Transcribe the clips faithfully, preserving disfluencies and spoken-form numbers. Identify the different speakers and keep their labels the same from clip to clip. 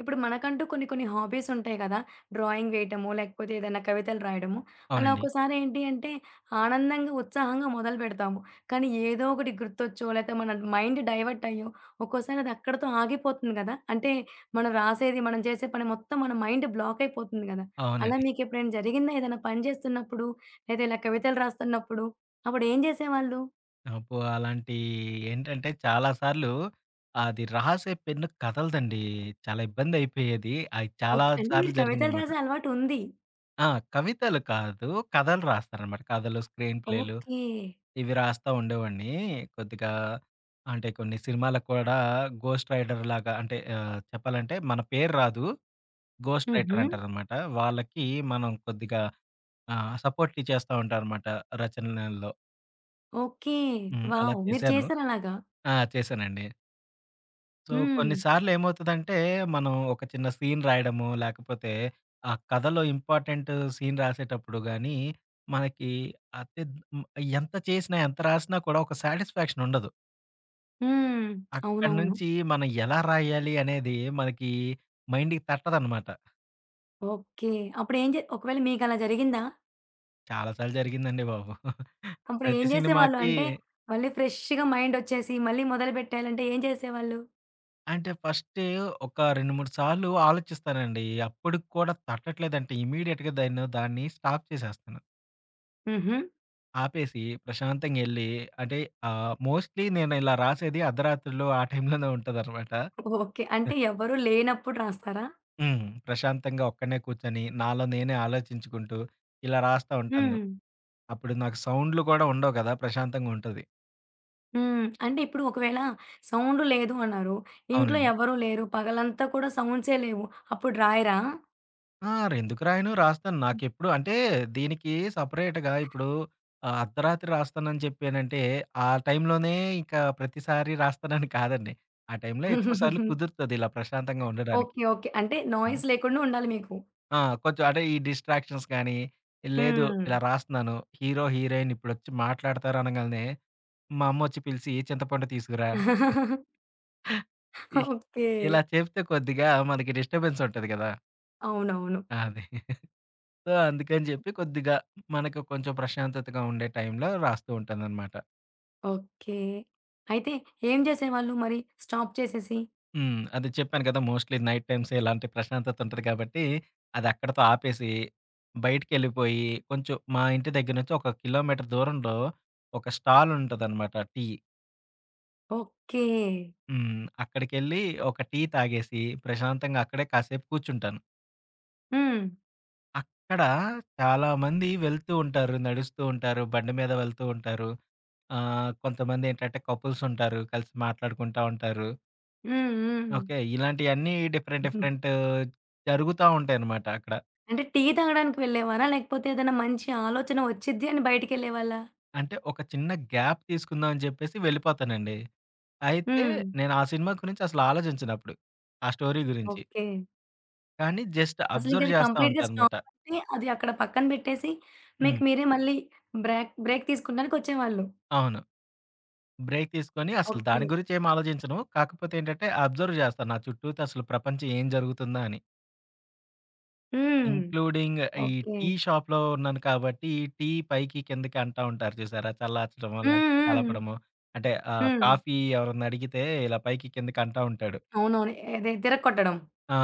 Speaker 1: ఇప్పుడు మనకంటూ కొన్ని కొన్ని హాబీస్ ఉంటాయి కదా! డ్రాయింగ్ వేయటము, లేకపోతే ఏదైనా కవితలు రాయడము. అలా
Speaker 2: అవునండి.
Speaker 1: ఒక్కోసారి ఏంటి అంటే ఆనందంగా, ఉత్సాహంగా మొదలుపెడతాము. కానీ ఏదో ఒకటి గుర్తొచ్చో, లేతే మన మైండ్ డైవర్ట్ అయ్యో, ఒక్కోసారి అది అక్కడితో ఆగిపోతుంది కదా! అంటే మనం రాసేది, మనం చేసే పని మొత్తం మన మైండ్ బ్లాక్ అయిపోతుంది కదా! అలా
Speaker 2: అవునండి.
Speaker 1: మీకెప్పుడైనా జరిగిందా? ఏదైనా పని చేస్తున్నప్పుడు, లేదా ఇలా కవితలు రాస్తున్నప్పుడు? అప్పుడు ఏం చేసేవాళ్ళు?
Speaker 2: అబ్బో! అలాంటి ఏంటంటే చాలా సార్లు అది రాసే పెన్ను కదలదండి. చాలా ఇబ్బందయిపోయేది. అది చాలా
Speaker 1: ఓకే. అంటే
Speaker 2: సార్లు
Speaker 1: మీరు కవితలు
Speaker 2: జరిగిందనమాట.
Speaker 1: రాసే అలవాటు ఉంది.
Speaker 2: ఆ! కవితలు కాదు. కథలు రాస్తారనమాట. కథలు, స్క్రీన్ ప్లేలు
Speaker 1: ఓకే.
Speaker 2: ఇవి రాస్తా ఉండేవాడిని. కొద్దిగా అంటే కొన్ని సినిమాలకు కూడా గోస్ట్ రైడర్‌లాగా అంటే ఆహ్, చెప్పాలంటే మన పేరు రాదు. గోస్ట్
Speaker 1: హుహు.
Speaker 2: రైటర్ అంటారనమాట. వాళ్ళకి మనం కొద్దిగా ఆహ్, సపోర్ట్ చేస్తా ఉంటారనమాట రచనల్లో.
Speaker 1: ఓకే.
Speaker 2: హ్మ్. అలా
Speaker 1: వావ్! మీరు
Speaker 2: చేశాను.
Speaker 1: చేసారలాగా.
Speaker 2: ఆ! చేశానండి. సో,
Speaker 1: హ్మ్.
Speaker 2: కొన్నిసార్లు ఏమవుతదంటే, మనం ఒక చిన్న సీన్ రాయడము, లేకపోతే ఆ కథలో ఇంపార్టెంట్ సీన్ రాసేటప్పుడు గానీ, మనకి అతి హ్మ్, ఎంత చేసినా, ఎంత రాసినా కూడా ఒక సాటిస్ఫాక్షన్ ఉండదు.
Speaker 1: హ్మ్.
Speaker 2: అక్కడి
Speaker 1: అవునవును.
Speaker 2: నుంచి మనం ఎలా రాయాలి అనేది మనకి మైండ్‌కి తట్టదనమాట.
Speaker 1: ఓకే. అప్పుడేం జే ఒకవేళ మీకలా జరిగిందా?
Speaker 2: చాలా సార్లు జరిగిందండి బాబు.
Speaker 1: అప్పుడు
Speaker 2: ప్రతి
Speaker 1: ఏం జేసేవాళ్ళు?
Speaker 2: సినిమాకి
Speaker 1: అంటే మళ్ళీ ఫ్రెష్‌గా మైండొచ్చేసి మళ్ళీ మొదలుపెట్టాలంటే ఏం చేసేవాళ్ళు?
Speaker 2: అంటే ఫస్టు ఒక రెండు, మూడు సార్లు ఆలోచిస్తానండి. అప్పటికి కూడా తట్టట్లేదంటే ఇమ్మీడియేట్‌గా దాన్ని దాన్ని స్టాప్ చేసేస్తాను.
Speaker 1: హుహు.
Speaker 2: ఆపేసి ప్రశాంతంగెళ్ళి అంటే ఆహ్, మోస్ట్‌లీ నేనిలా రాసేది అర్ధరాత్రులు ఆ టైంలోనే ఉంటదనమాట.
Speaker 1: ఓకే. అంటే ఎవరు లేనప్పుడు రాస్తారా?
Speaker 2: హ్మ్. ప్రశాంతంగా ఒక్కడినే కూర్చొని, నాలో నేనే ఆలోచించుకుంటూ ఇలా రాస్తా ఉంటాను.
Speaker 1: హ్మ్.
Speaker 2: అప్పుడు నాకు సౌండ్‌లు కూడా ఉండవు కదా! ప్రశాంతంగుంటది.
Speaker 1: హ్మ్. అంటే ఇప్పుడు ఒకవేళ సౌండ్ లేదు అన్నారు. ఇంట్లో
Speaker 2: అవునండి.
Speaker 1: ఎవరు లేరు. పగలంతా కూడా సౌండ్సే లేవు. అప్పుడు రాయరా?
Speaker 2: ఆ! ఎందుకు రాయను? రాస్తాను. నాకెప్పుడు అంటే దీనికి సెపరేట్‌గా ఇప్పుడు ఆహ్, అర్ధరాత్రి రాస్తానని చెప్పానంటే, ఆ టైంలోనే ఇంకా ప్రతిసారి రాస్తానని కాదండి. ఆ టైంలో ఎక్కువ సార్లు కుదురుతది ఇలా ప్రశాంతంగా ఉండడానికి.
Speaker 1: ఓకే. ఓకే. అంటే
Speaker 2: హ్మ్.
Speaker 1: నాయిస్ లేకుండా ఉండాలి మీకు.
Speaker 2: ఆ! కొంచెం అంటే ఈ డిస్ట్రాక్షన్స్ గాని, లేదు
Speaker 1: హ్మ్.
Speaker 2: ఇలా రాస్తున్నాను. హీరో, హీరోయిన్ ఇప్పుడొచ్చి మాట్లాడతారు అనంగాల్నే, మా అమ్మొచ్చి పిలిచి చింతపండు తీసుకురా. ఇ
Speaker 1: ఓకే.
Speaker 2: ఇలా చెప్తే కొద్దిగా మనకి డిస్టర్బెన్స్ ఉంటది కదా!
Speaker 1: అవునవును.
Speaker 2: అది. సో, అందుకని చెప్పి కొద్దిగా మనకు కొంచెం ప్రశాంతతగా ఉండే టైంలో రాస్తూ ఉంటాననమాట.
Speaker 1: ఓకే. అయితే ఏం జేసేవాళ్ళు మరి? స్టాప్ చేసేసి?
Speaker 2: హ్మ్. అదే చెప్పాను కదా! మోస్ట్‌లీ నైట్ టైమ్స్ ఇలాంటి ప్రశాంతత ఉంటది కాబట్టి, అది అక్కడితో ఆపేసి, బయటికెళ్ళిపోయి కొంచెం మా ఇంటి దగ్గర నుంచి ఒక కిలోమీటర్ దూరంలో ఒక స్టాల్ ఉంటదనమాట టీ.
Speaker 1: ఓకే.
Speaker 2: హ్మ్. అక్కడికెళ్ళి ఒక టీ తాగేసి ప్రశాంతంగా అక్కడే కాసేపు కూర్చుంటాను.
Speaker 1: హ్మ్.
Speaker 2: అక్కడ చాలామంది వెళ్తూ ఉంటారు, నడుస్తూ ఉంటారు, బండి మీద వెళ్తూ ఉంటారు. ఆహ్, కొంతమంది ఏంటంటే కపుల్స్ ఉంటారు. కలిసి మాట్లాడుకుంటా ఉంటారు.
Speaker 1: హ్మ్. హ్మ్.
Speaker 2: ఓకే. ఇలాంటియన్నీ డిఫరెంట్ డిఫరెంట్ జరుగుతా ఉంటాయనమాట అక్కడ.
Speaker 1: అంటే టీ తాగడానికి వెళ్ళేవారా? లేకపోతే ఏదైనా మంచి ఆలోచన వచ్చిద్ది అని బయటికెళ్ళేవాళ్ళా?
Speaker 2: అంటే ఒక చిన్న గ్యాప్ తీసుకుందాం అని చెప్పేసి వెళ్ళిపోతానండి. అయితే
Speaker 1: హ్మ్.
Speaker 2: నేను ఆ సినిమా గురించి అసలు ఆలోచించను అప్పుడు. ఆ స్టోరీ గురించి.
Speaker 1: ఓకే.
Speaker 2: కానీ జస్ట్ అబ్జర్వ్
Speaker 1: అసలింకది
Speaker 2: చేస్తా
Speaker 1: కంప్లీట్‌గా స్టాప్
Speaker 2: ఉంటానన్నమాట.
Speaker 1: అంటే అది అక్కడ పక్కన బెట్టేసి మీకు
Speaker 2: హ్మ్.
Speaker 1: మీరే మళ్ళీ బ్రాక్ బ్రేక్ తీసుకుంటానికొచ్చేవాళ్ళు.
Speaker 2: అవును. బ్రేక్ తీసుకొని అసలు
Speaker 1: ఓకే.
Speaker 2: దాని గురించి ఏమి ఆలోచించను. కాకపోతే ఏంటంటే అబ్జర్వ్ చేస్తాను. నా చుట్టూత అసలు ప్రపంచం ఏం జరుగుతుందా అని.
Speaker 1: హ్మ్.
Speaker 2: ఇంక్లూడింగ్ ఈ
Speaker 1: ఓకే.
Speaker 2: టీ షాప్‌లో ఉన్నాను కాబట్టి ఈ టీ పైకి కిందకి అంటా ఉంటారు చూసారా? చల్లార్చడమో
Speaker 1: హ్మ్.
Speaker 2: లేకపోతే
Speaker 1: హ్మ్.
Speaker 2: కలపడమో. అంటే ఆహ్,
Speaker 1: హ్మ్.
Speaker 2: కాఫీ ఎవరన్నా అడిగితే ఇలా పైకి కిందకి అంటా ఉంటాడు.
Speaker 1: అవునవును. అదే తిరగకొట్టడం.
Speaker 2: ఆ!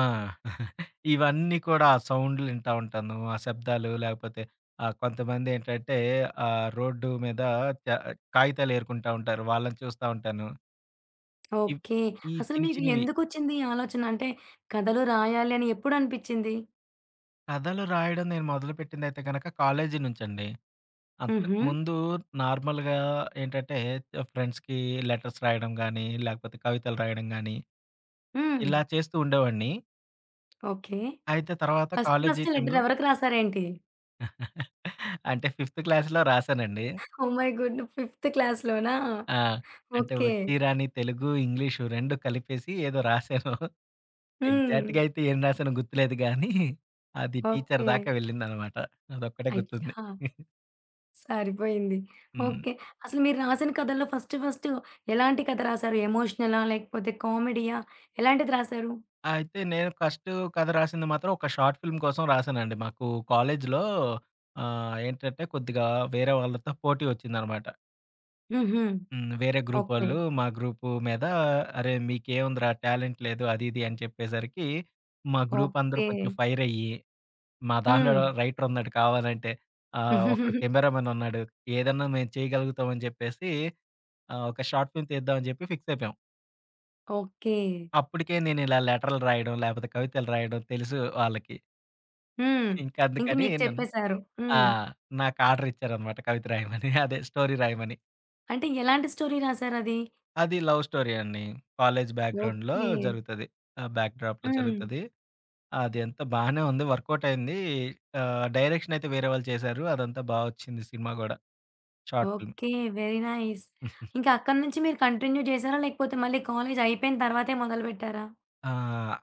Speaker 2: ఇవన్నీ కూడా ఆ సౌండ్‌లు వింటా ఉంటాను. ఆ శబ్దాలు లేకపోతే ఆహ్, కొంతమందేంటంటే ఆహ్, రోడ్డు మీద చ కాగితాలు ఏరుకుంటా ఉంటారు. వాళ్ళని చూస్తా ఉంటాను. ఇవ్
Speaker 1: ఓకే.
Speaker 2: ఈ
Speaker 1: అసలు
Speaker 2: చిన్ని
Speaker 1: మీకు
Speaker 2: చిన్నవి
Speaker 1: ఎందుకొచ్చింది ఈ ఆలోచన? అంటే కథలు రాయాలి అని ఎప్పుడు అనిపిచ్చింది?
Speaker 2: కథలు రాయడం నేను మొదలుపెట్టిందయితే గనక కాలేజీ నుంచండి.
Speaker 1: హుహు.
Speaker 2: అంతకుముందు నార్మల్‌గా ఏంటంటే ఫ్రెండ్స్‌కి లెటర్స్ రాయడం గానీ, లేకపోతే కవితలు రాయడం గానీ,
Speaker 1: హ్మ్.
Speaker 2: ఇలా చేస్తూ ఉండేవాడిని.
Speaker 1: ఓకే.
Speaker 2: అయితే తర్వాత
Speaker 1: ఫస్ట్
Speaker 2: కాలేజీ
Speaker 1: ఫస్ట్ లెటర్
Speaker 2: టైంలో
Speaker 1: ఎవరికి రాసారేంటి?
Speaker 2: అంటే ఫిఫ్త్ క్లాస్‌లో రాశానండి.
Speaker 1: Oh my good! ఐదవ క్లాస్‌లోనా?
Speaker 2: ఆ! అంటే
Speaker 1: ఓకే.
Speaker 2: వచ్చి రాని తెలుగు, ఇంగ్లీషు రెండూ కలిపేసి ఏదో రాసాను.
Speaker 1: హ్మ్.
Speaker 2: ఎగ్జాక్ట్‌గా అయితే ఏం రాసానో గుర్తులేదు గానీ, అది టీచర్
Speaker 1: ఓకే.
Speaker 2: దాకా వెళ్ళిందనమాట. అదొక్కటే గుర్తుంది.
Speaker 1: అయ్యా! సరిపోయింది.
Speaker 2: హ్మ్.
Speaker 1: ఓకే. అసలు మీరు రాసిన కథల్లో ఫస్ట్ ఫస్ట్ ఎలాంటి కథ రాసారు? ఎమోషనలా? లేకపోతే కామెడీయా? ఎలాంటిది రాసారు?
Speaker 2: అయితే నేను ఫస్ట్ కథ రాసింది మాత్రం ఒక షార్ట్ ఫిల్మ్ కోసం రాసానండి. మాకు కాలేజీలో ఆహ్, ఏంటంటే కొద్దిగా వేరే వాళ్ళతో పోటీ వచ్చిందనమాట.
Speaker 1: హుహు.
Speaker 2: హ్మ్. వేరే గ్రూప్
Speaker 1: ఓకే.
Speaker 2: వాళ్ళు మా గ్రూపు మీద "అరే! మీకేముందిరా టాలెంట్ లేదు" అది ఇది అని చెప్పేసరికి, మా గ్రూప్ అందరూ
Speaker 1: ఓకే.
Speaker 2: కొంచెం ఫైర్ అయ్యి మా
Speaker 1: హ్మ్.
Speaker 2: దానిలో రైటర్ ఉన్నాడు కావాలంటే. ఆహ్, ఒకడు కెమెరామన్ ఉన్నాడు. ఏదన్నా మేము చేయగలుగుతాం అని చెప్పేసి ఆహ్, ఒక షార్ట్ ఫిల్మ్ తీద్దామని చెప్పి ఫిక్స్ అయిపోయాం.
Speaker 1: ఓకే.
Speaker 2: అప్పటికే నేను ఇలా లెటర్‌లు రాయడం, లేపోతే కవితలు రాయడం తెలుసు వాళ్ళకి.
Speaker 1: హ్మ్.
Speaker 2: ఇంకా
Speaker 1: ఇంక
Speaker 2: అందుకని
Speaker 1: మీకు
Speaker 2: నన్ను
Speaker 1: చెప్పేసారు.
Speaker 2: ఆ!
Speaker 1: హ్మ్.
Speaker 2: నాకు ఆర్డర్ ఇచ్చారనమాట కవిత రాయమని. అదే స్టోరీ రాయమని.
Speaker 1: అంటే ఎలాంటి స్టోరీ రాసారది?
Speaker 2: అది లవ్ స్టోరీ అండి. కాలేజ్ బ్యాక్‌గ్రౌండ్‌లో
Speaker 1: ఓకే.
Speaker 2: జరుగుతది. ఆ! బ్యాక్ డ్రాప్‌లో
Speaker 1: హ్మ్.
Speaker 2: జరుగుతది. అదంతా బానే ఉంది. వర్కౌట్ అయింది. ఆహ్, డైరెక్షన్ అయితే వేరే వాళ్ళు చేశారు. అదంతా బా వచ్చింది సినిమా గూడా short film.
Speaker 1: Okay. Very nice. ఇంకా అక్కడి నుంచి మీరు కంటిన్యూ చేసారా? లేకపోతే మళ్ళీ కాలేజ్ అయిపోయిన తర్వాతే మొదలుపెట్టారా?
Speaker 2: ఆ!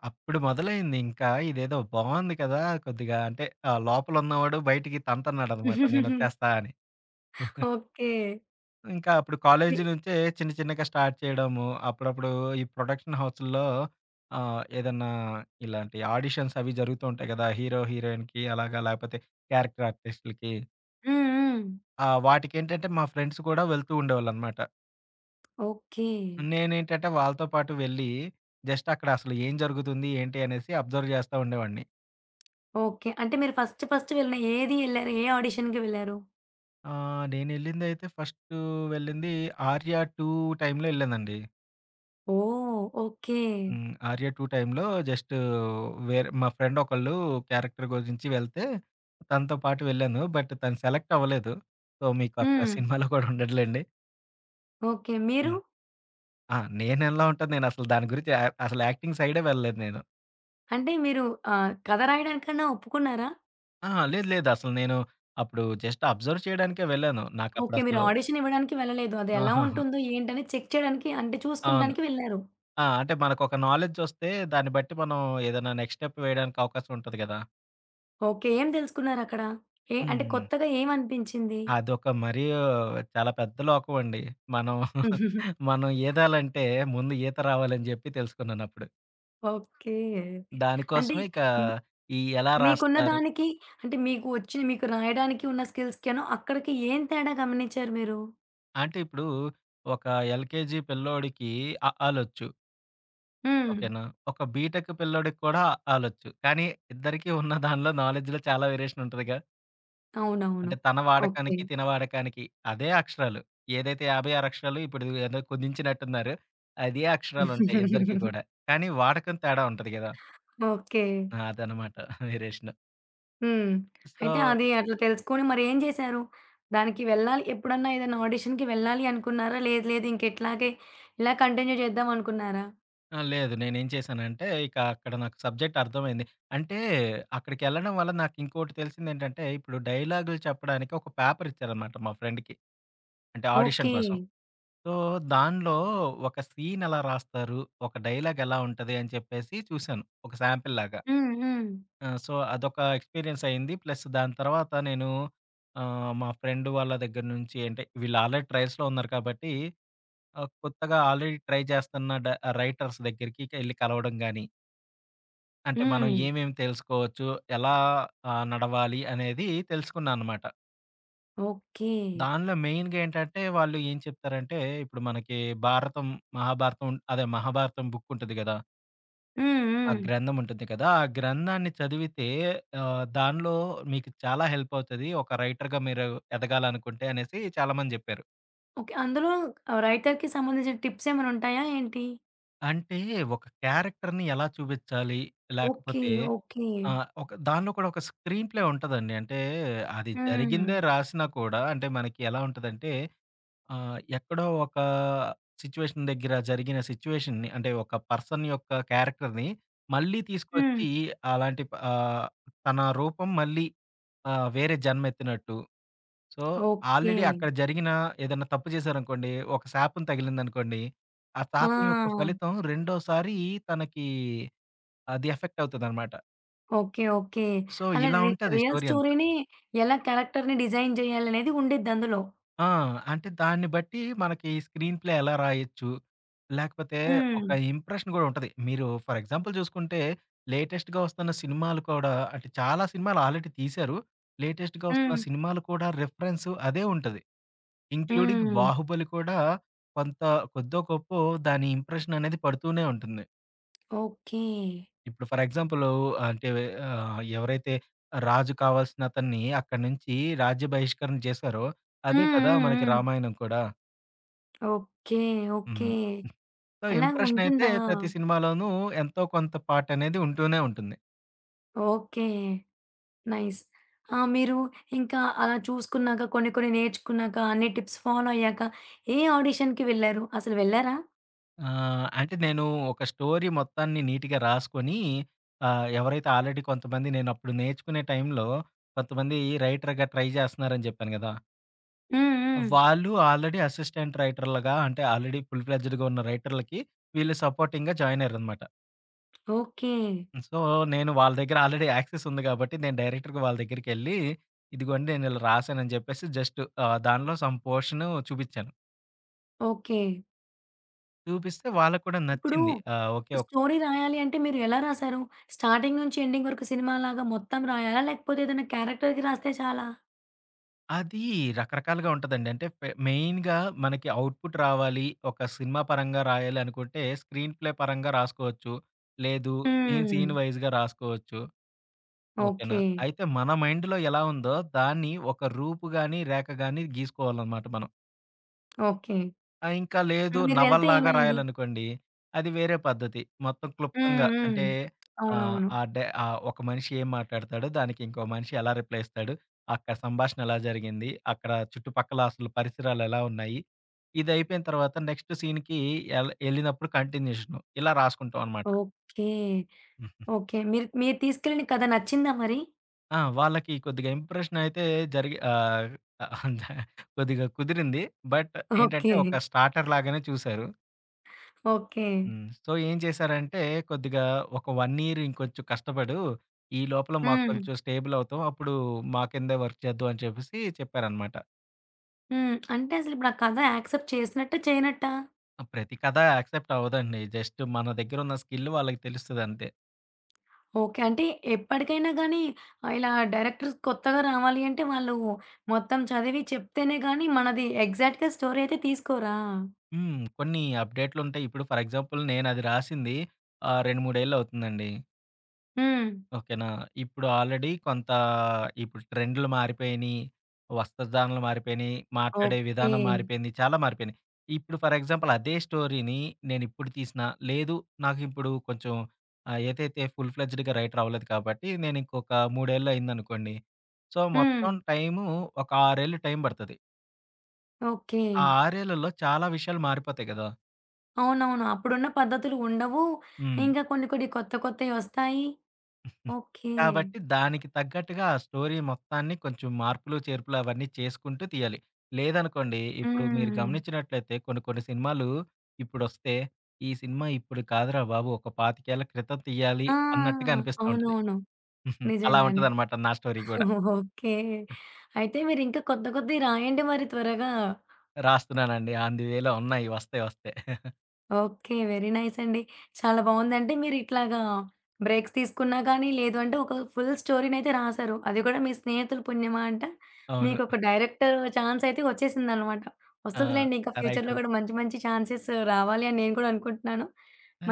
Speaker 2: అప్పుడు మొదలైంది ఇంకా. ఇదేదో బావుంది కదా! కొద్దిగా అంటే ఆహ్, లోపలున్నవాడు బయటికి తంతన్నాడనమాట నేనొచ్చేస్తా అని.
Speaker 1: ఓకే.
Speaker 2: ఇంకా అప్పుడు
Speaker 1: వి
Speaker 2: కాలేజీ నుంచే చిన్న చిన్నగా స్టార్ట్ చేయడము. అప్పుడప్పుడు ఈ ప్రొడక్షన్ హౌసుల్లో ఆహ్, ఏదన్నా ఇలాంటి ఆడిషన్స్ అవి జరుగుతూ ఉంటాయి కదా! హీరో, హీరోయిన్‌కి అలాగా లేకపోతే క్యారెక్టర్ ఆర్టిస్ట్‌లకి.
Speaker 1: హ్మ్. హ్మ్.
Speaker 2: ఆ! వాటికేంటంటే మా ఫ్రెండ్స్ కూడా వెళ్తూ ఉండేవాళ్ళనమాట.
Speaker 1: ఓకే.
Speaker 2: నేనేంటంటే వాళ్ళతో పాటు వెళ్ళి జస్ట్ అక్కడ అసలు ఏం జరుగుతుంది ఏంటి అనేసి అబ్జర్వ్ చేస్తా ఉండేవాడిని.
Speaker 1: ఓకే. అంటే మీరు ఫస్ట్ ఫస్ట్ వెళ్ళిన ఏది ఎళ్లారు? ఏ ఆడిషన్‌కి వెళ్లారు?
Speaker 2: ఆ! నేనెళ్ళిందయితే ఫస్టు వెళ్ళింది 'ఆర్య టూ' టైమ్‌లో ఎళ్ళానండి.
Speaker 1: ఓహ్! ఓకే.
Speaker 2: హ్మ్. 'ఆర్య టూ' టైమ్‌లో జస్టు వేరే మా ఫ్రెండ్ ఒకళ్ళు క్యారెక్టర్ గురించి వెళ్తే, తనతో పాటు వెళ్ళాను. బట్ తను సెలెక్ట్ అవ్వలేదు. సో, మీకు అక్కడ
Speaker 1: హ్మ్.
Speaker 2: సినిమాలో కూడా ఉండదులెండి.
Speaker 1: ఓకే. మీరు?
Speaker 2: హ్మ్. ఆ! నేనెలా ఉంటాను, నేనసలు దాని గురించి యా అసలు యాక్టింగ్ సైడే వెళ్ళలేదు నేను.
Speaker 1: అంటే మీరు ఆహ్, కథ రాయడానికన్నా ఒప్పుకున్నారా?
Speaker 2: అహా! లేదు, లేదు. అసలు నేను అప్పుడు జస్ట్ అబ్జర్వ్ చేయడానికే వెళ్ళాను.
Speaker 1: ఓకే. మీరు
Speaker 2: నాకప్పుడసలు
Speaker 1: ఆడిషన్ ఇవ్వడానికి వెళ్ళలేదు. అది ఎలా
Speaker 2: ఆహాహా!
Speaker 1: ఉంటుందో ఏంటని చెక్ చేయడానికి అంటే
Speaker 2: అవును.
Speaker 1: చూసుకుంటానికి వెళ్లారు.
Speaker 2: ఆ! అంటే మనకొక నాలెడ్జొస్తే దాన్ని బట్టి మనం ఏదైనా నెక్స్ట్ స్టెప్ వేయడానికి అవకాశం ఉంటది గదా!
Speaker 1: ఓకే. ఏం తెలుసుకున్నారక్కడ? ఏ అంటే
Speaker 2: హ్మ్.
Speaker 1: కొత్తగా ఏమనిపించింది?
Speaker 2: అదొక మరీ చాలా పెద్ద లోకం అండి. మనం మనం ఈదాలంటే ముందు ఈత రావాలని జెప్పి తెలుసుకున్నానప్పుడు.
Speaker 1: ఓకే. అంటే
Speaker 2: దానికోసమే ఇక
Speaker 1: హ్మ్.
Speaker 2: ఈ ఎలా
Speaker 1: మీకున్న
Speaker 2: రాస్తారు
Speaker 1: దానికి అంటే మీకు వచ్చిన మీకు రాయడానికి ఉన్న స్కిల్స్‌కేను అక్కడికి ఏం తేడా గమనించారు మీరు?
Speaker 2: అంటే ఇప్పుడు ఒక ఎల్‌కేజీ పిల్లోడికి అ, ఆ లొచ్చు.
Speaker 1: హ్మ్.
Speaker 2: ఓకేనా? ఒక బీటెక్ పిల్లోడికి కూడా అ, ఆ లొచ్చు. కానీ ఇద్దరికీ ఉన్న దానిలో నాలెడ్జ్‌లో చాలా వేరియేషన్ ఉంటదిగా!
Speaker 1: అవునవును.
Speaker 2: అంటే తన
Speaker 1: ఓకే.
Speaker 2: వాడకానికి, తిన వాడకానికి అదే అక్షరాలు. ఏదైతే యాభై ఆరు అక్షరాలు ఇప్పుడు ఏదో కుదించినట్టున్నారు. అదే అక్షరాలుంటాయి ఇద్దరికీ కూడా. కానీ వాడకం తేడా ఉంటది గదా!
Speaker 1: ఓకే.
Speaker 2: అదనమాట వేరియేషన్.
Speaker 1: హ్మ్. అయితే
Speaker 2: సో
Speaker 1: అది అట్లా తెలుసుకొని మరేం జేశారు? దానికి వెళ్ళాలి ఎప్పుడన్నా ఏదైనా ఆడిషన్‌కి వెళ్ళాలి అనుకున్నారా? లేదు లేదు ఇంకెట్లాగే ఇలా కంటిన్యూ చేద్దాం అనుకున్నారా?
Speaker 2: ఆ! లేదు నేనేం చేశానంటే ఇక అక్కడ నాకు సబ్జెక్ట్ అర్థమైంది. అంటే అక్కడికెళ్ళడం వల్ల నాకింకోటి తెలిసిందేంటంటే ఇప్పుడు డైలాగులు చెప్పడానికి ఒక పేపర్ ఇచ్చారనమాట మా ఫ్రెండ్‌కి. అంటే ఆడిషన్
Speaker 1: ఓకే.
Speaker 2: కోసం. సో దానిలో ఒక సీన్ ఎలా రాస్తారు? ఒక డైలాగ్ ఎలా ఉంటది? అని చెప్పేసి చూసాను. ఒక శాంపిల్‌లాగా.
Speaker 1: హ్మ్. హ్మ్.
Speaker 2: ఆ! సో, అదొక ఎక్స్‌పీరియన్స్ అయింది. ప్లస్ దాని తర్వాత నేను ఆహ్, మా ఫ్రెండ్ వాళ్ళ దగ్గర నుంచి అంటే వీళ్ళు ఆల్రెడీ ట్రయల్స్‌లో ఉన్నారు కాబట్టి ఆహ్, కొత్తగా ఆల్రెడీ ట్రై చేస్తున్న డ రైటర్స్ దగ్గరికి ఎళ్లి కలవడం గాని, అంటే మనం
Speaker 1: హ్మ్.
Speaker 2: ఏమేమి తెలుసుకోవచ్చు, ఎలా ఆహ్, నడవాలి అనేది తెలుసుకున్నా అనమాట.
Speaker 1: ఓకే.
Speaker 2: దానిలో మెయిన్‌గా ఏంటంటే వాళ్ళు ఏం చెప్తారంటే ఇప్పుడు మనకి భారతం, మహాభారతం ఉం- అదే మహాభారతం బుక్ ఉంటది గదా!
Speaker 1: హ్మ్.
Speaker 2: ఆ
Speaker 1: హ్మ్.
Speaker 2: గ్రంథం ఉంటుంది కదా! ఆ గ్రంథాన్ని చదివితే ఆహ్, దానిలో మీకు చాలా హెల్ప్ అవుతది. ఒక రైటర్‌గా మీరు ఎదగాలనుకుంటే అనేసి చాలామంది జెప్పారు.
Speaker 1: ఓకే. అందులో ఆహ్, రైటర్‌కి సంబంధించిన టిప్స్ ఏమైనా ఉంటాయా ఏంటి?
Speaker 2: అంటే ఒక క్యారెక్టర్‌ని ఎలా చూపిచ్చాలి?
Speaker 1: ఓకే.
Speaker 2: లేకపోతే
Speaker 1: ఓకే.
Speaker 2: ఆహ్, ఒక దానిలో కూడా ఒక స్క్రీన్ ప్లే ఉంటదండి. అంటే అది
Speaker 1: హ్మ్.
Speaker 2: జరిగిందే రాసినా కూడా అంటే మనకి ఎలా ఉంటదంటే ఆ! ఎక్కడో ఒక సిట్యుయేషన్ దగ్గర జరిగిన సిట్యుయేషన్‌ని అంటే ఒక పర్సన్ యొక్క క్యారెక్టర్‌ని మళ్ళీ
Speaker 1: హ్మ్.
Speaker 2: తీసుకొచ్చి అలాంటి ప ఆహ్, తన రూపం మళ్ళీ ఆహ్, వేరే జన్మెత్తినట్టు. So,
Speaker 1: okay.
Speaker 2: ఆల్రెడీ అక్కడ జరిగిన ఏదైనా తప్పు చేశారనుకోండి, ఒక శాపం తగిలిందనుకోండి, ఆ శాపం యొక్క
Speaker 1: ఆ!
Speaker 2: ఫలితం రెండోసారి తనకి అది ఎఫెక్ట్ అవుతదనమాట.
Speaker 1: ఓకే. ఓకే.
Speaker 2: సో,
Speaker 1: అలా
Speaker 2: ఇలా
Speaker 1: రి
Speaker 2: ఉంటది
Speaker 1: రియల్
Speaker 2: స్టోరీ అంతా.
Speaker 1: స్టోరీని ఎలా క్యారెక్టర్‌ని డిజైన్ జేయాలనేది ఉండిద్దందులో.
Speaker 2: ఆ! అంటే దాన్ని బట్టి మనకి స్క్రీన్ ప్లే ఎలా రాయొచ్చు, లేకపోతే
Speaker 1: హ్మ్.
Speaker 2: ఒక ఇంప్రెషన్ గూడా ఉంటది. మీరు ఫర్ ఎగ్జాంపుల్ చూసుకుంటే లేటెస్ట్‌గా వస్తున్న సినిమాలు కూడా అంటే చాలా సినిమాలు ఆల్రెడీ తీశారు. లేటెస్ట్‌గా వస్తున్న
Speaker 1: హ్మ్.
Speaker 2: సినిమాలు కూడా రిఫరెన్స్ అదే ఉంటది. ఇంక్లూడింగ్
Speaker 1: హ్మ్.
Speaker 2: 'బాహుబలి' కూడా కొంత కొద్దో గొప్పో దాని ఇంప్రెషన్ అనేది పడుతూనే ఉంటుంది.
Speaker 1: ఓకే.
Speaker 2: ఇప్పుడు ఫర్ ఎగ్జాంపుల్ అంటే ఆహ్, ఎవరైతే రాజు కావాల్సిన అతన్ని అక్కడి నుంచి రాజ్య బహిష్కరణ చేశారో అదే
Speaker 1: హ్మ్.
Speaker 2: కదా!
Speaker 1: హ్మ్.
Speaker 2: మనకి
Speaker 1: హ్మ్.
Speaker 2: రామాయణం కూడా.
Speaker 1: ఓకే. ఓకే.
Speaker 2: హ్మ్. సో,
Speaker 1: అలా
Speaker 2: ఇంప్రెషన్ అయితే
Speaker 1: ఉంటుందా?
Speaker 2: ప్రతి సినిమాలోనూ ఎంతో కొంత పార్ట్ అనేది ఉంటూనే ఉంటుంది.
Speaker 1: ఓకే. నైస్. ఆ! మీరు ఇంకా అలా చూసుకున్నాక, కొన్ని కొన్ని నేర్చుకున్నాక, అన్ని టిప్స్ ఫాలో అయ్యాక ఏ ఆడిషన్‌కి వెళ్లారు? అసలు వెళ్లారా?
Speaker 2: ఆహ్, అంటే నేను ఒక స్టోరీ మొత్తాన్ని నీట్‌గా రాసుకొని ఆహ్, ఎవరైతే ఆల్రెడీ కొంతమంది నేను అప్పుడు నేర్చుకునే టైంలో కొంతమంది రైటర్‌గా ట్రై చేస్తున్నారని చెప్పాను గదా!
Speaker 1: హ్మ్. హ్మ్.
Speaker 2: వాళ్ళు ఆల్రెడీ అసిస్టెంట్ రైటర్‌లుగా అంటే ఆల్రెడీ ఫుల్ ఫ్లెడ్జ్డ్‌గా ఉన్న రైటర్‌లకి వీళ్ళు సపోర్టింగ్‌గా జాయిన్ అయ్యారనమాట.
Speaker 1: ఓకే.
Speaker 2: సో, నేను వాళ్ళ దగ్గర ఆల్రెడీ యాక్సెస్ ఉంది గాబట్టి, నేను డైరెక్ట్‌గా వాళ్ళ దగ్గరికెళ్ళి, ఇదిగోండి నేను ఇలా రాసానని జెప్పేసి జస్ట్ ఆహ్, దానిలో సమ్ పోర్షన్ చూపిచ్చాను.
Speaker 1: ఓకే.
Speaker 2: చూపిస్తే వాళ్ళకి కూడా
Speaker 1: ఇప్పుడు
Speaker 2: నచ్చింది. ఆహ్, ఓకే. ఓకే.
Speaker 1: స్టోరీ రాయాలి అంటే మీరు ఎలా రాసారు? స్టార్టింగ్ నుంచి ఎండింగ్ వరకు సినిమాలాగా మొత్తం రాయాలా? లేకపోతే ఏదైనా క్యారెక్టర్‌కి రాస్తే చాలా?
Speaker 2: అది రకరకాలుగా ఉంటదండి. అంటే పె మెయిన్‌గా మనకి అవుట్‌పుట్ రావాలి, ఒక సినిమా పరంగా రాయాలి అనుకుంటే స్క్రీన్ ప్లే పరంగా రాసుకోవచ్చు. లేదు సీన్,
Speaker 1: హ్మ్.
Speaker 2: సీన్ వైస్‌గా రాసుకోవచ్చు. ఓకేనా?
Speaker 1: ఓకే.
Speaker 2: అయితే మన మైండ్‌లో ఎలా ఉందో దాన్ని ఒక రూపు గాని, రేఖ గాని గీసుకోవాలనమాట మనం.
Speaker 1: ఓకే.
Speaker 2: ఆ! ఇంకా
Speaker 1: ఆ!
Speaker 2: లేదు
Speaker 1: మీరు వెళ్తే
Speaker 2: నవలలాగా
Speaker 1: ఏమైంది?
Speaker 2: రాయాలనుకోండి, అది వేరే పద్ధతి. మొత్తం
Speaker 1: హ్మ్.
Speaker 2: క్లుప్తంగా
Speaker 1: హ్మ్.
Speaker 2: అంటే ఆహ్,
Speaker 1: అవునవును.
Speaker 2: ఆ డే ఆహ్, ఒక మనిషి ఏం మాట్లాడతాడు, దానికి ఇంకో మనిషి ఎలా రిప్లై ఇస్తాడు, అక్కడ సంభాషణ ఎలా జరిగింది, అక్కడ చుట్టుపక్కల అసలు పరిసరాలు ఎలా ఉన్నాయి, ఇది అయిపోయిన తర్వాత నెక్స్ట్ సీన్‌కి ఎల్ ఎళ్ళినప్పుడు కంటిన్యూషను ఇలా రాసుకుంటాం అనమాట.
Speaker 1: ఓకే.
Speaker 2: హ్మ్.
Speaker 1: ఓకే. మీరు మీరు తీసుకెళ్ళిన కథ నచ్చిందా మరి?
Speaker 2: ఆ! వాళ్ళకి కొద్దిగా ఇంప్రెషన్ అయితే జరిగి ఆహ్, కొద్దిగా కుదిరింది. బట్ ఏంటంటే
Speaker 1: ఓకే.
Speaker 2: ఒక స్టార్టర్ లాగానే చూసారు.
Speaker 1: ఓకే.
Speaker 2: హ్మ్. సో, ఏం చేశారంటే, కొద్దిగా ఒక 1 ఇయర్ ఇంకొంచెం కష్టపడు. ఈ లోపల మాకు
Speaker 1: హ్మ్.
Speaker 2: కొంచెం స్టేబుల్ అవుతాం. అప్పుడు మా కిందే వర్క్ చేద్దాం అని చెప్పేసి చెప్పారనమాట.
Speaker 1: హ్మ్. అంటే అసలిప్పుడు ఆ కథ యాక్సెప్ట్ చేసినట్టా? చేయనట్టా?
Speaker 2: ప్రతి కథ యాక్సెప్ట్ అవ్వదండి. జస్ట్ మన దగ్గరున్న స్కిల్ వాళ్ళకి తెలుస్తదంతే.
Speaker 1: ఓకే. అంటే ఎప్పటికైనా గానీ ఆహ్, ఇలా డైరెక్టర్స్ కొత్తగా రావాలి అంటే వాళ్ళు మొత్తం చదివి చెప్తేనే గానీ మనది ఎగ్జాక్ట్‌గా స్టోరీ అయితే తీసుకోరా?
Speaker 2: హ్మ్. కొన్ని అప్‌డేట్లుంటాయి. ఇప్పుడు ఫర్ ఎగ్జాంపుల్ నేనది రాసింది ఆహ్, రెండు, మూడు ఏళ్లవుతుందండి.
Speaker 1: హ్మ్.
Speaker 2: ఓకేనా. ఇప్పుడు ఆల్రెడీ కొంత ఇప్పుడు ట్రెండ్‌లు మారిపోయినియి. వస్త్రధారణలు మారిపోయినియి. మాట్లాడే
Speaker 1: ఓకే.
Speaker 2: విధానం మారిపోయింది. చాలా మారిపోయినియి. ఇప్పుడు ఫర్ ఎగ్జాంపుల్ అదే స్టోరీని నేనిప్పుడు తీసినా, లేదు నాకిప్పుడు కొంచెం ఆహ్, ఏదైతే ఫుల్ ఫ్లెడ్జ్డ్‌గా రైటర్ అవ్వలేదు కాబట్టి, నేనింకొక మూడు ఏళ్ళు అయిందనుకోండి. సో,
Speaker 1: హ్మ్.
Speaker 2: మొత్తం టైము ఒక ఆరు ఏళ్ళు టైం పడతది.
Speaker 1: ఓకే.
Speaker 2: ఆ ఆరు ఏళ్లలో చాలా విషయాలు మారిపోతాయి గదా!
Speaker 1: అవునవును. అప్పుడున్న పద్ధతులు ఉండవు.
Speaker 2: హ్మ్.
Speaker 1: ఇంకా కొన్ని కొన్ని కొత్త కొత్తయొస్తాయి.
Speaker 2: హ్మ్.
Speaker 1: ఓకే.
Speaker 2: కాబట్టి దానికి తగ్గట్టుగా ఆ స్టోరీ మొత్తాన్ని కొంచెం మార్పులు, చేర్పులు అవన్నీ చేసుకుంటూ తీయాలి. లేదనుకోండి ఇప్పుడు మీరు
Speaker 1: హ్మ్.
Speaker 2: గమనించినట్లయితే కొన్ని కొన్ని సినిమాలు ఇప్పుడొస్తే, ఈ సినిమా ఇప్పుడు కాదురా బాబు ఒక ఇరవై ఐదు ఏళ్ల క్రితం తీయాలి
Speaker 1: ఆ!
Speaker 2: అన్నట్టుగా అనిపిస్తా ఉంటది.
Speaker 1: అవునవును.
Speaker 2: హుహు. అలా
Speaker 1: నిజంగానే.
Speaker 2: ఉంటదనమాట నా స్టోరీ గూడా.
Speaker 1: ఓకే. అయితే మీరింకా కొత్త కొత్తయి రాయండి మరి త్వరగా.
Speaker 2: రాస్తున్నానండి. ఆన్ ది వేలో ఉన్నాయి. వస్తాయి వస్తాయి.
Speaker 1: ఓకే. వెరీ నైస్ అండి. చాలా బావుందంటే మీరిట్లాగా బ్రేక్స్ తీసుకున్నా కానీ, లేదు అంటే ఒక ఫుల్ స్టోరీనైతే రాసారు. అది కూడా మీ స్నేహితుల పుణ్యమా అంట.
Speaker 2: అవును.
Speaker 1: మీకొక డైరెక్టర్ ఛాన్స్ అయితే వచ్చేసిందనమాట.
Speaker 2: ఆ!
Speaker 1: వస్తదిలేండి ఇంకా ఫ్యూచర్‌లో
Speaker 2: రైటర్
Speaker 1: కూడా మంచి మంచి ఛాన్సెస్ రావాలి అని నేను కూడా అనుకుంటున్నాను.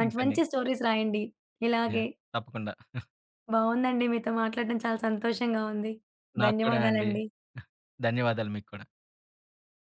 Speaker 1: మంచి
Speaker 2: అండి.
Speaker 1: మంచి స్టోరీస్ రాయండి.
Speaker 2: యాహ్!
Speaker 1: ఇలాగే.
Speaker 2: తప్పకుండా.
Speaker 1: బావుందండి మీతో మాట్లాడడం చాలా సంతోషంగా ఉంది.
Speaker 2: నాకు కూడా అండి.
Speaker 1: ధన్యవాదాలండి.
Speaker 2: ధన్యవాదాలు మీకు కూడా.